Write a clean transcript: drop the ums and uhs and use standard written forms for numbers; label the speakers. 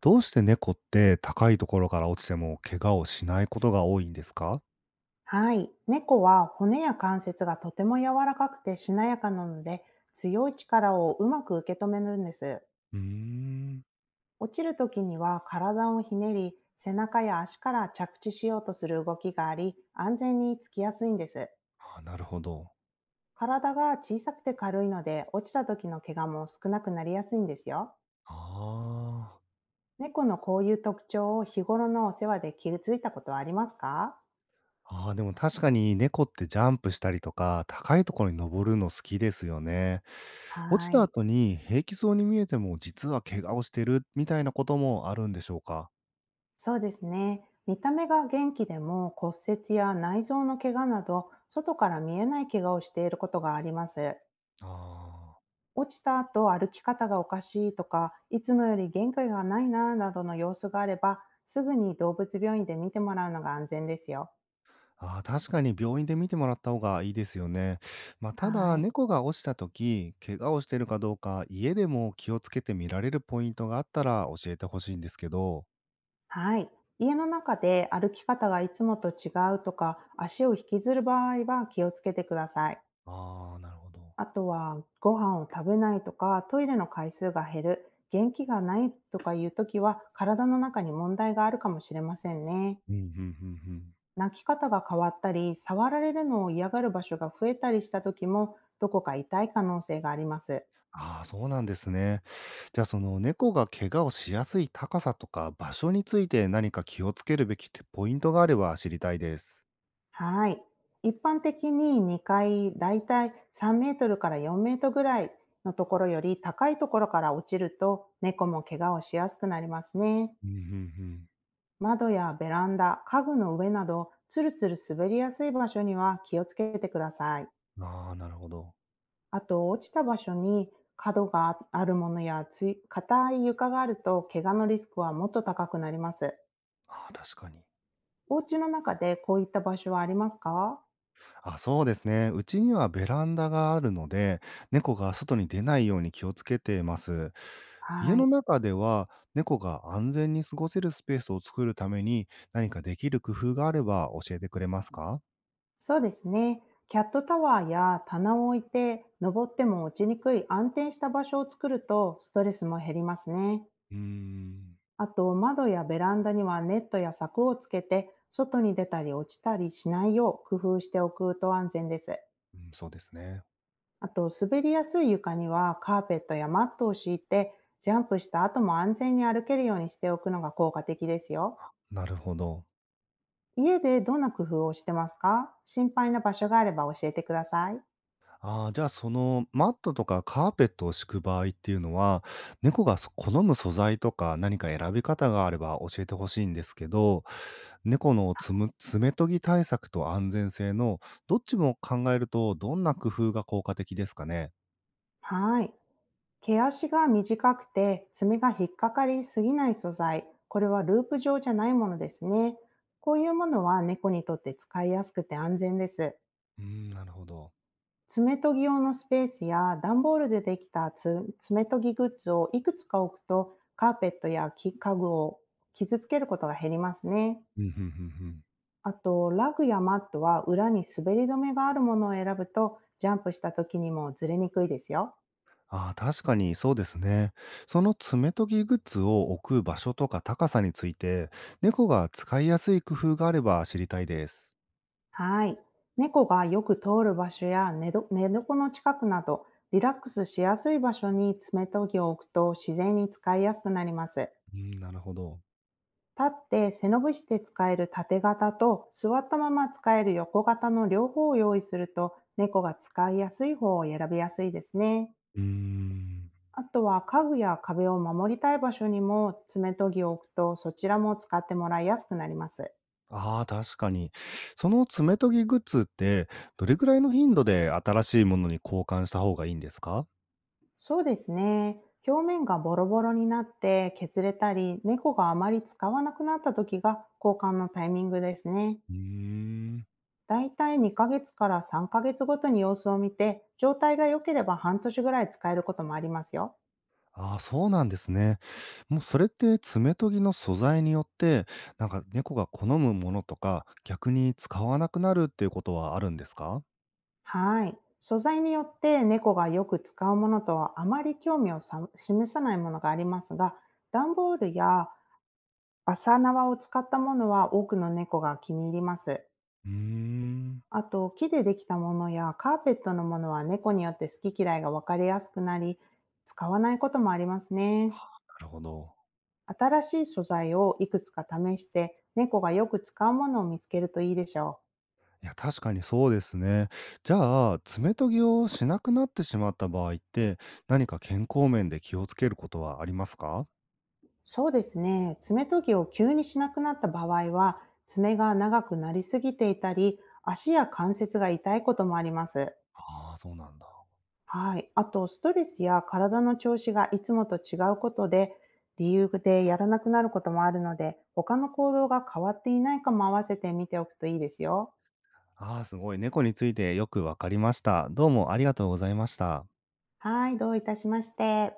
Speaker 1: どうして猫って高いところから落ちても怪我をしないことが多いんですか？
Speaker 2: はい。猫は骨や関節がとても柔らかくてしなやかなので、強い力をうまく受け止めるんです。
Speaker 1: うーん。
Speaker 2: 落ちるときには体をひねり、背中や足から着地しようとする動きがあり、安全につきやすいんです。
Speaker 1: あ、なるほど。
Speaker 2: 体が小さくて軽いので、落ちた時の怪我も少なくなりやすいんですよ。
Speaker 1: ああ。
Speaker 2: 猫のこういう特徴を日頃のお世話で気づいたことはありますか？
Speaker 1: ああ、でも確かに猫ってジャンプしたりとか、高いところに登るの好きですよね。落
Speaker 2: は
Speaker 1: ちた
Speaker 2: い。
Speaker 1: 後に平気そうに見えても、実は怪我をしてるみたいなこともあるんでしょうか？
Speaker 2: そうですね。見た目が元気でも骨折や内臓の怪我など、外から見えない怪我をしていることがあります。
Speaker 1: ああー。
Speaker 2: 落ちた後歩き方がおかしいとか、いつもより限界がないなぁなどの様子があれば、すぐに動物病院で見てもらうのが安全ですよ。
Speaker 1: ああ、確かに病院で見てもらった方がいいですよね。まあ、た
Speaker 2: は
Speaker 1: だ、
Speaker 2: い。
Speaker 1: 猫が落ちた時、怪我をしてるかどうか、家でも気をつけて見られるポイントがあったら教えてほしいんですけど。
Speaker 2: はい。家の中で歩き方がいつもと違うとか、足を引きずる場合は気をつけてください。
Speaker 1: ああ、なるほど。
Speaker 2: あとは、ご飯を食べないとか、トイレの回数が減る、元気がないとかいう時は、体の中に問題があるかもしれませんね。
Speaker 1: うん、うんうんうん。
Speaker 2: 泣き方が変わったり、触られるのを嫌がる場所が増えたりした時も、どこか痛い可能性があります。
Speaker 1: ああ、そうなんですね。じゃあ、その猫が怪我をしやすい高さとか場所について何か気をつけるべきってポイントがあれば知りたいです。
Speaker 2: はい。一般的に2階、だいたい3メートルから4メートルぐらいのところより高いところから落ちると、猫も怪我をしやすくなりますね。
Speaker 1: うん、うんうん。
Speaker 2: 窓やベランダ、家具の上など、つるつる滑りやすい場所には気をつけてください。
Speaker 1: ああ、なるほど。
Speaker 2: あと、落ちた場所に角があるものやつい硬い床があると、怪我のリスクはもっと高くなります。
Speaker 1: ああ、確かに。
Speaker 2: お家の中でこういった場所はありますか？
Speaker 1: あ、そうですね。うちにはベランダがあるので、猫が外に出ないように気をつけてます。家
Speaker 2: は
Speaker 1: の
Speaker 2: い。
Speaker 1: 中では、猫が安全に過ごせるスペースを作るために、何かできる工夫があれば教えてくれますか？
Speaker 2: そうですね。キャットタワーや棚を置いて、登っても落ちにくい安定した場所を作ると、ストレスも減りますね。
Speaker 1: うーん。
Speaker 2: あと、窓やベランダにはネットや柵をつけて、外に出たり落ちたりしないよう工夫しておくと安全です。
Speaker 1: うん、そうですね。
Speaker 2: あと、滑りやすい床にはカーペットやマットを敷いて、ジャンプした後も安全に歩けるようにしておくのが効果的ですよ。
Speaker 1: なるほど。
Speaker 2: 家でどんな工夫をしてますか？心配な場所があれば教えてください。
Speaker 1: ああ、じゃあ、その、マットとかカーペットを敷く場合っていうのは、猫がそ好む素材とか何か選び方があれば教えてほしいんですけど、猫のつむ爪研ぎ対策と安全性のどっちも考えると、どんな工夫が効果的ですかね？
Speaker 2: はい。毛足が短くて爪が引っかかりすぎない素材。これはループ状じゃないものですね。こういうものは猫にとって使いやすくて安全です。
Speaker 1: うーん、なるほど。
Speaker 2: 爪研ぎ用のスペースや段ボールでできた爪研ぎグッズをいくつか置くと、カーペットや木家具を傷つけることが減りますね。
Speaker 1: うん、うんうんうん。
Speaker 2: あと、ラグやマットは裏に滑り止めがあるものを選ぶと、ジャンプした時にもずれにくいですよ。
Speaker 1: ああ、確かにそうですね。その爪研ぎグッズを置く場所とか高さについて、猫が使いやすい工夫があれば知りたいです。
Speaker 2: はい。猫がよく通る場所や寝床の近くなど、リラックスしやすい場所に爪研ぎを置くと自然に使いやすくなります。
Speaker 1: うん、なるほど。
Speaker 2: 立って背伸びして使える縦型と座ったまま使える横型の両方を用意すると、猫が使いやすい方を選びやすいですね。
Speaker 1: うーん。
Speaker 2: あとは家具や壁を守りたい場所にも爪研ぎを置くと、そちらも使ってもらいやすくなります。
Speaker 1: ああ、確かに。その爪研ぎグッズって、どれくらいの頻度で新しいものに交換した方がいいんですか？
Speaker 2: そうですね。表面がボロボロになって削れたり、猫があまり使わなくなった時が交換のタイミングですね。
Speaker 1: うーん。
Speaker 2: だいたい2ヶ月から3ヶ月ごとに様子を見て、状態が良ければ半年ぐらい使えることもありますよ。
Speaker 1: ああ、そうなんですね。もうそれって爪研ぎの素材によって、なんか猫が好むものとか、逆に使わなくなるっていうことはあるんですか？
Speaker 2: はい。素材によって猫がよく使うものとはあまり興味を示さないものがありますが、段ボールやバサ縄を使ったものは多くの猫が気に入ります。
Speaker 1: うーん。な
Speaker 2: あと、木でできたものやカーペットのものは猫によって好き嫌いが分かりやすくなり、使わないこともありますね。
Speaker 1: るほど。
Speaker 2: 新しい素材をいくつか試して、猫がよく使うものを見つけるといいでしょ
Speaker 1: いや、確かにそうですね。じゃあ、爪研ぎをしなくなってしまった場合って、何か健康面で気をつけることはありますか？
Speaker 2: う。そうですね。爪研ぎを急にしなくなった場合は、爪が長くなりすぎていたり、足や関節が痛いこともあります。
Speaker 1: ああー、そうなんだ。
Speaker 2: はい。あと、ストレスや体の調子がいつもと違うことで、理由でやらなくなることもあるので、他の行動が変わっていないかも合わせて見ておくといいですよ。
Speaker 1: ああ、すごい。猫についてよくわかりました。どうもありがとうございました。
Speaker 2: はい、どういたしまして。